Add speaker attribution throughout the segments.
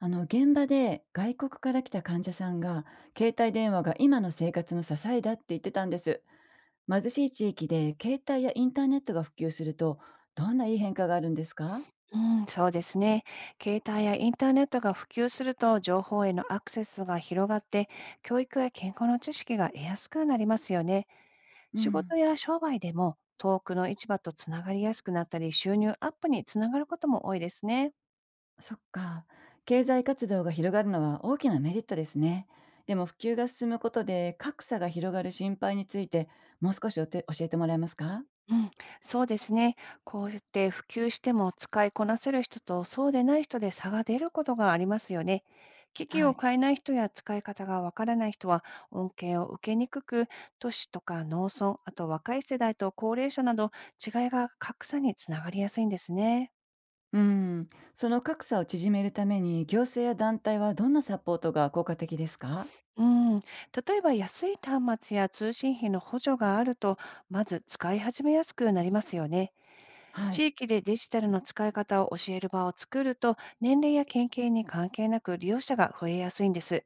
Speaker 1: あの現場で外国から来た患者さんが携帯電話が今の生活の支えだって言ってたんです。貧しい地域で携帯やインターネットが普及すると、どんないい変化があるんですか？
Speaker 2: うん、そうですね。携帯やインターネットが普及すると情報へのアクセスが広がって、教育や健康の知識が得やすくなりますよね。
Speaker 1: う
Speaker 2: 仕
Speaker 1: ん。
Speaker 2: 事や商売でも遠くの市場とつながりやすくなったり、収入アップにつながることも多いですね。
Speaker 1: そっか。経済活動が広がるのは大きなメリットですね。でも普及が進むことで格差が広がる心配について、もう少し教えてもらえますか？
Speaker 2: うん、そうですね。こうやって普及しても使いこなせる人とそうでない人で差が出ることがありますよね。機器
Speaker 1: は
Speaker 2: を
Speaker 1: い。
Speaker 2: 買えない人や使い方がわからない人は恩恵を受けにくく、都市とか農村、あと若い世代と高齢者など違いが格差につながりやすいんですね。
Speaker 1: うん。その格差を縮めるために行政や団体はどんなサポートが効果的ですか？
Speaker 2: うん、例えば安い端末や通信費の補助があると、まず使い始めやすくなりますよね。
Speaker 1: はい。
Speaker 2: 地域でデジタルの使い方を教える場を作ると、年齢や県系に関係なく利用者が増えやすいんです。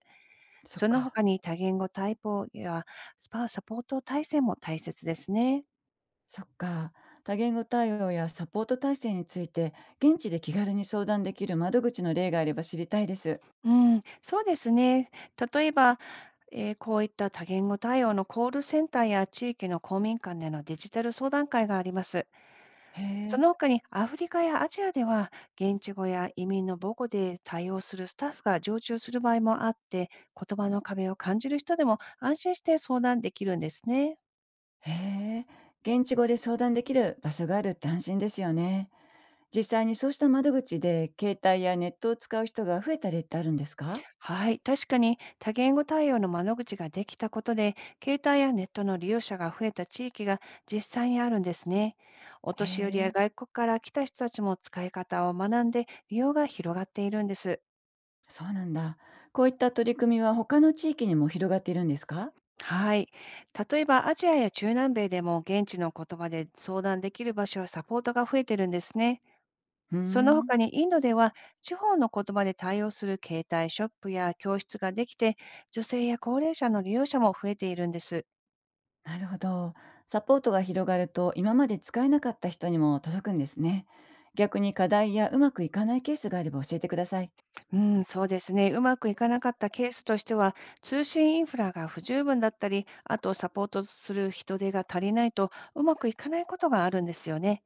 Speaker 1: そっ
Speaker 2: その
Speaker 1: か、
Speaker 2: 他に多言語対応やスパサポート体制も大切ですね。
Speaker 1: そっか。多言語対応やサポート体制について、現地で気軽に相談できる窓口の例があれば知りたいです。
Speaker 2: うん、そうですね。例えば、こういった多言語対応のコールセンターや地域の公民館でのデジタル相談会があります。
Speaker 1: へ
Speaker 2: そ
Speaker 1: え、
Speaker 2: の他にアフリカやアジアでは、現地語や移民の母語で対応するスタッフが常駐する場合もあって、言葉の壁を感じる人でも安心して相談できるんですね。
Speaker 1: へえ。現地語で相談できる場所があるって安心ですよね。実際にそうした窓口で携帯やネットを使う人が増えた例ってあるんですか？
Speaker 2: はい、確かに多言語対応の窓口ができたことで、携帯やネットの利用者が増えた地域が実際にあるんですね。お
Speaker 1: へ
Speaker 2: 年寄りや
Speaker 1: え、
Speaker 2: 外国から来た人たちも使い方を学んで利用が広がっているんです。
Speaker 1: そうなんだ。こういった取り組みは他の地域にも広がっているんですか？
Speaker 2: はい。例えば、アジアや中南米でも現地の言葉で相談できる場所やサポートが増えてるんですね。
Speaker 1: うー
Speaker 2: その
Speaker 1: ん。
Speaker 2: 他にインドでは地方の言葉で対応する携帯ショップや教室ができて、女性や高齢者の利用者も増えているんです。
Speaker 1: なるほど。サポートが広がると今まで使えなかった人にも届くんですね。逆に課題やうまくいかないケースがあれば教えてください。
Speaker 2: うん、そうですね。うまくいかなかったケースとしては、通信インフラが不十分だったり、あとサポートする人手が足りないとうまくいかないことがあるんですよね。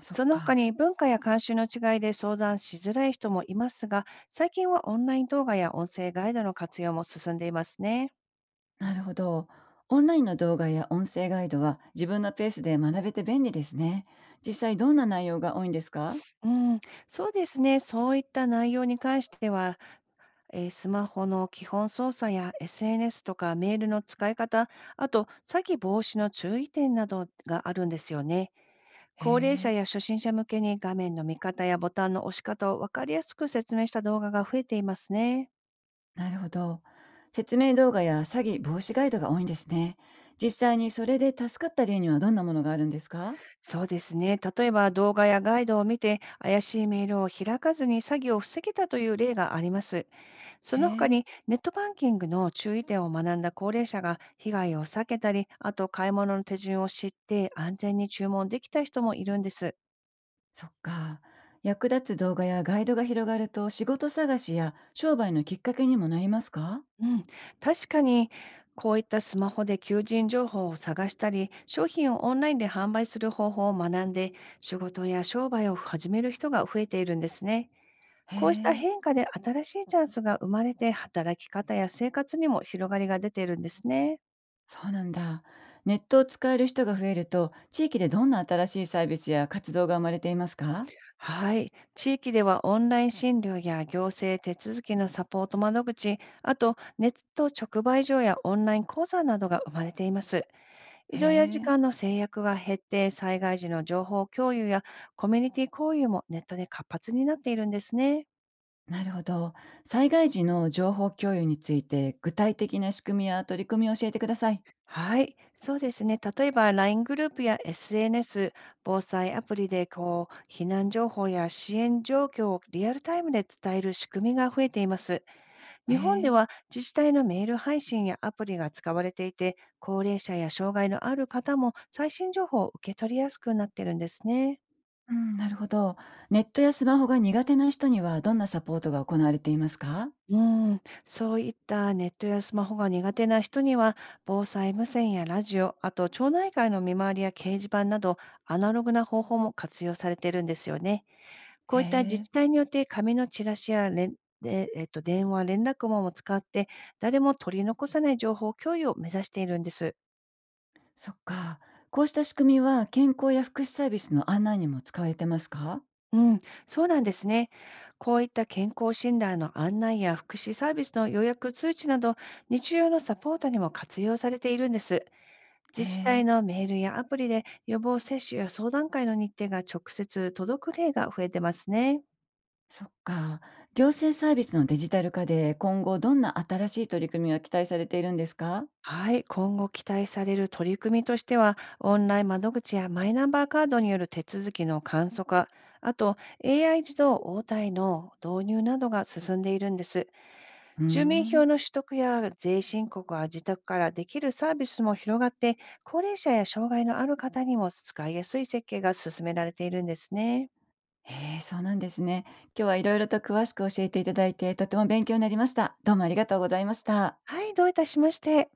Speaker 1: そっ
Speaker 2: その他
Speaker 1: か。
Speaker 2: に文化や慣習の違いで相談しづらい人もいますが、最近はオンライン動画や音声ガイドの活用も進んでいますね。
Speaker 1: なるほど。オンラインの動画や音声ガイドは自分のペースで学べて便利ですね。実際どんな内容が多いんですか？
Speaker 2: うん、そうですね。そういった内容に関しては、スマホの基本操作や SNS とかメールの使い方、あと詐欺防止の注意点などがあるんですよね。
Speaker 1: へ
Speaker 2: 高齢者
Speaker 1: え。
Speaker 2: や初心者向けに画面の見方やボタンの押し方を分かりやすく説明した動画が増えていますね。
Speaker 1: なるほど。説明動画や詐欺防止ガイドが多いんですね。実際にそれで助かった例にはどんなものがあるんですか？
Speaker 2: そうですね。例えば動画やガイドを見て怪しいメールを開かずに詐欺を防げたという例があります。そ
Speaker 1: へ
Speaker 2: の他
Speaker 1: え。
Speaker 2: にネットバンキングの注意点を学んだ高齢者が被害を避けたり、あと買い物の手順を知って安全に注文できた人もいるんです。
Speaker 1: そっか。役立つ動画やガイドが広がると仕事探しや商売のきっかけにもなりますか？
Speaker 2: うん、確かにこういったスマホで求人情報を探したり、商品をオンラインで販売する方法を学んで、仕事や商売を始める人が増えているんですね。
Speaker 1: へ
Speaker 2: こうした
Speaker 1: え、
Speaker 2: 変化で新しいチャンスが生まれて、働き方や生活にも広がりが出ているんですね。
Speaker 1: そうなんだ。ネットを使える人が増えると地域でどんな新しいサービスや活動が生まれていますか？
Speaker 2: はい。地域ではオンライン診療や行政手続きのサポート窓口、あとネット直売所やオンライン講座などが生まれています。移
Speaker 1: へ
Speaker 2: 動や時
Speaker 1: え、
Speaker 2: 間の制約が減って、災害時の情報共有やコミュニティ交流もネットで活発になっているんですね。
Speaker 1: なるほど。災害時の情報共有について具体的な仕組みや取り組みを教えてください。
Speaker 2: はい、そうですね。例えば LINE グループや SNS、防災アプリでこう避難情報や支援状況をリアルタイムで伝える仕組みが増えています。
Speaker 1: へ
Speaker 2: 日本で
Speaker 1: え、
Speaker 2: は自治体のメール配信やアプリが使われていて、高齢者や障害のある方も最新情報を受け取りやすくなってるんですね。
Speaker 1: うん、なるほど。ネットやスマホが苦手な人にはどんなサポートが行われていますか？
Speaker 2: うん、そういったネットやスマホが苦手な人には、防災無線やラジオ、あと町内会の見回りや掲示板など、アナログな方法も活用されているんですよね。こ
Speaker 1: へ
Speaker 2: ういった自治
Speaker 1: え。
Speaker 2: 体によって、紙のチラシやれんで、電話、連絡網も使って、誰も取り残さない情報共有を目指しているんです。
Speaker 1: そっか。こうした仕組みは健康や福祉サービスの案内にも使われてますか？
Speaker 2: うん、そうなんですね。こういった健康診断の案内や福祉サービスの予約通知など、日常のサポートにも活用されているんです。
Speaker 1: へ
Speaker 2: 自治体
Speaker 1: え、
Speaker 2: のメールやアプリで予防接種や相談会の日程が直接届く例が増えてますね。
Speaker 1: そっか。行政サービスのデジタル化で今後どんな新しい取り組みが期待されているんですか？
Speaker 2: はい、今後期待される取り組みとしては、オンライン窓口やマイナンバーカードによる手続きの簡素化、あと AI 自動応対の導入などが進んでいるんです。
Speaker 1: うー
Speaker 2: 住民票
Speaker 1: ん。
Speaker 2: の取得や税申告は自宅からできるサービスも広がって、高齢者や障害のある方にも使いやすい設計が進められているんですね。
Speaker 1: へえ、そうなんですね。今日はいろいろと詳しく教えていただいて、とても勉強になりました。どうもありがとうございました。
Speaker 2: はい、どういたしまして。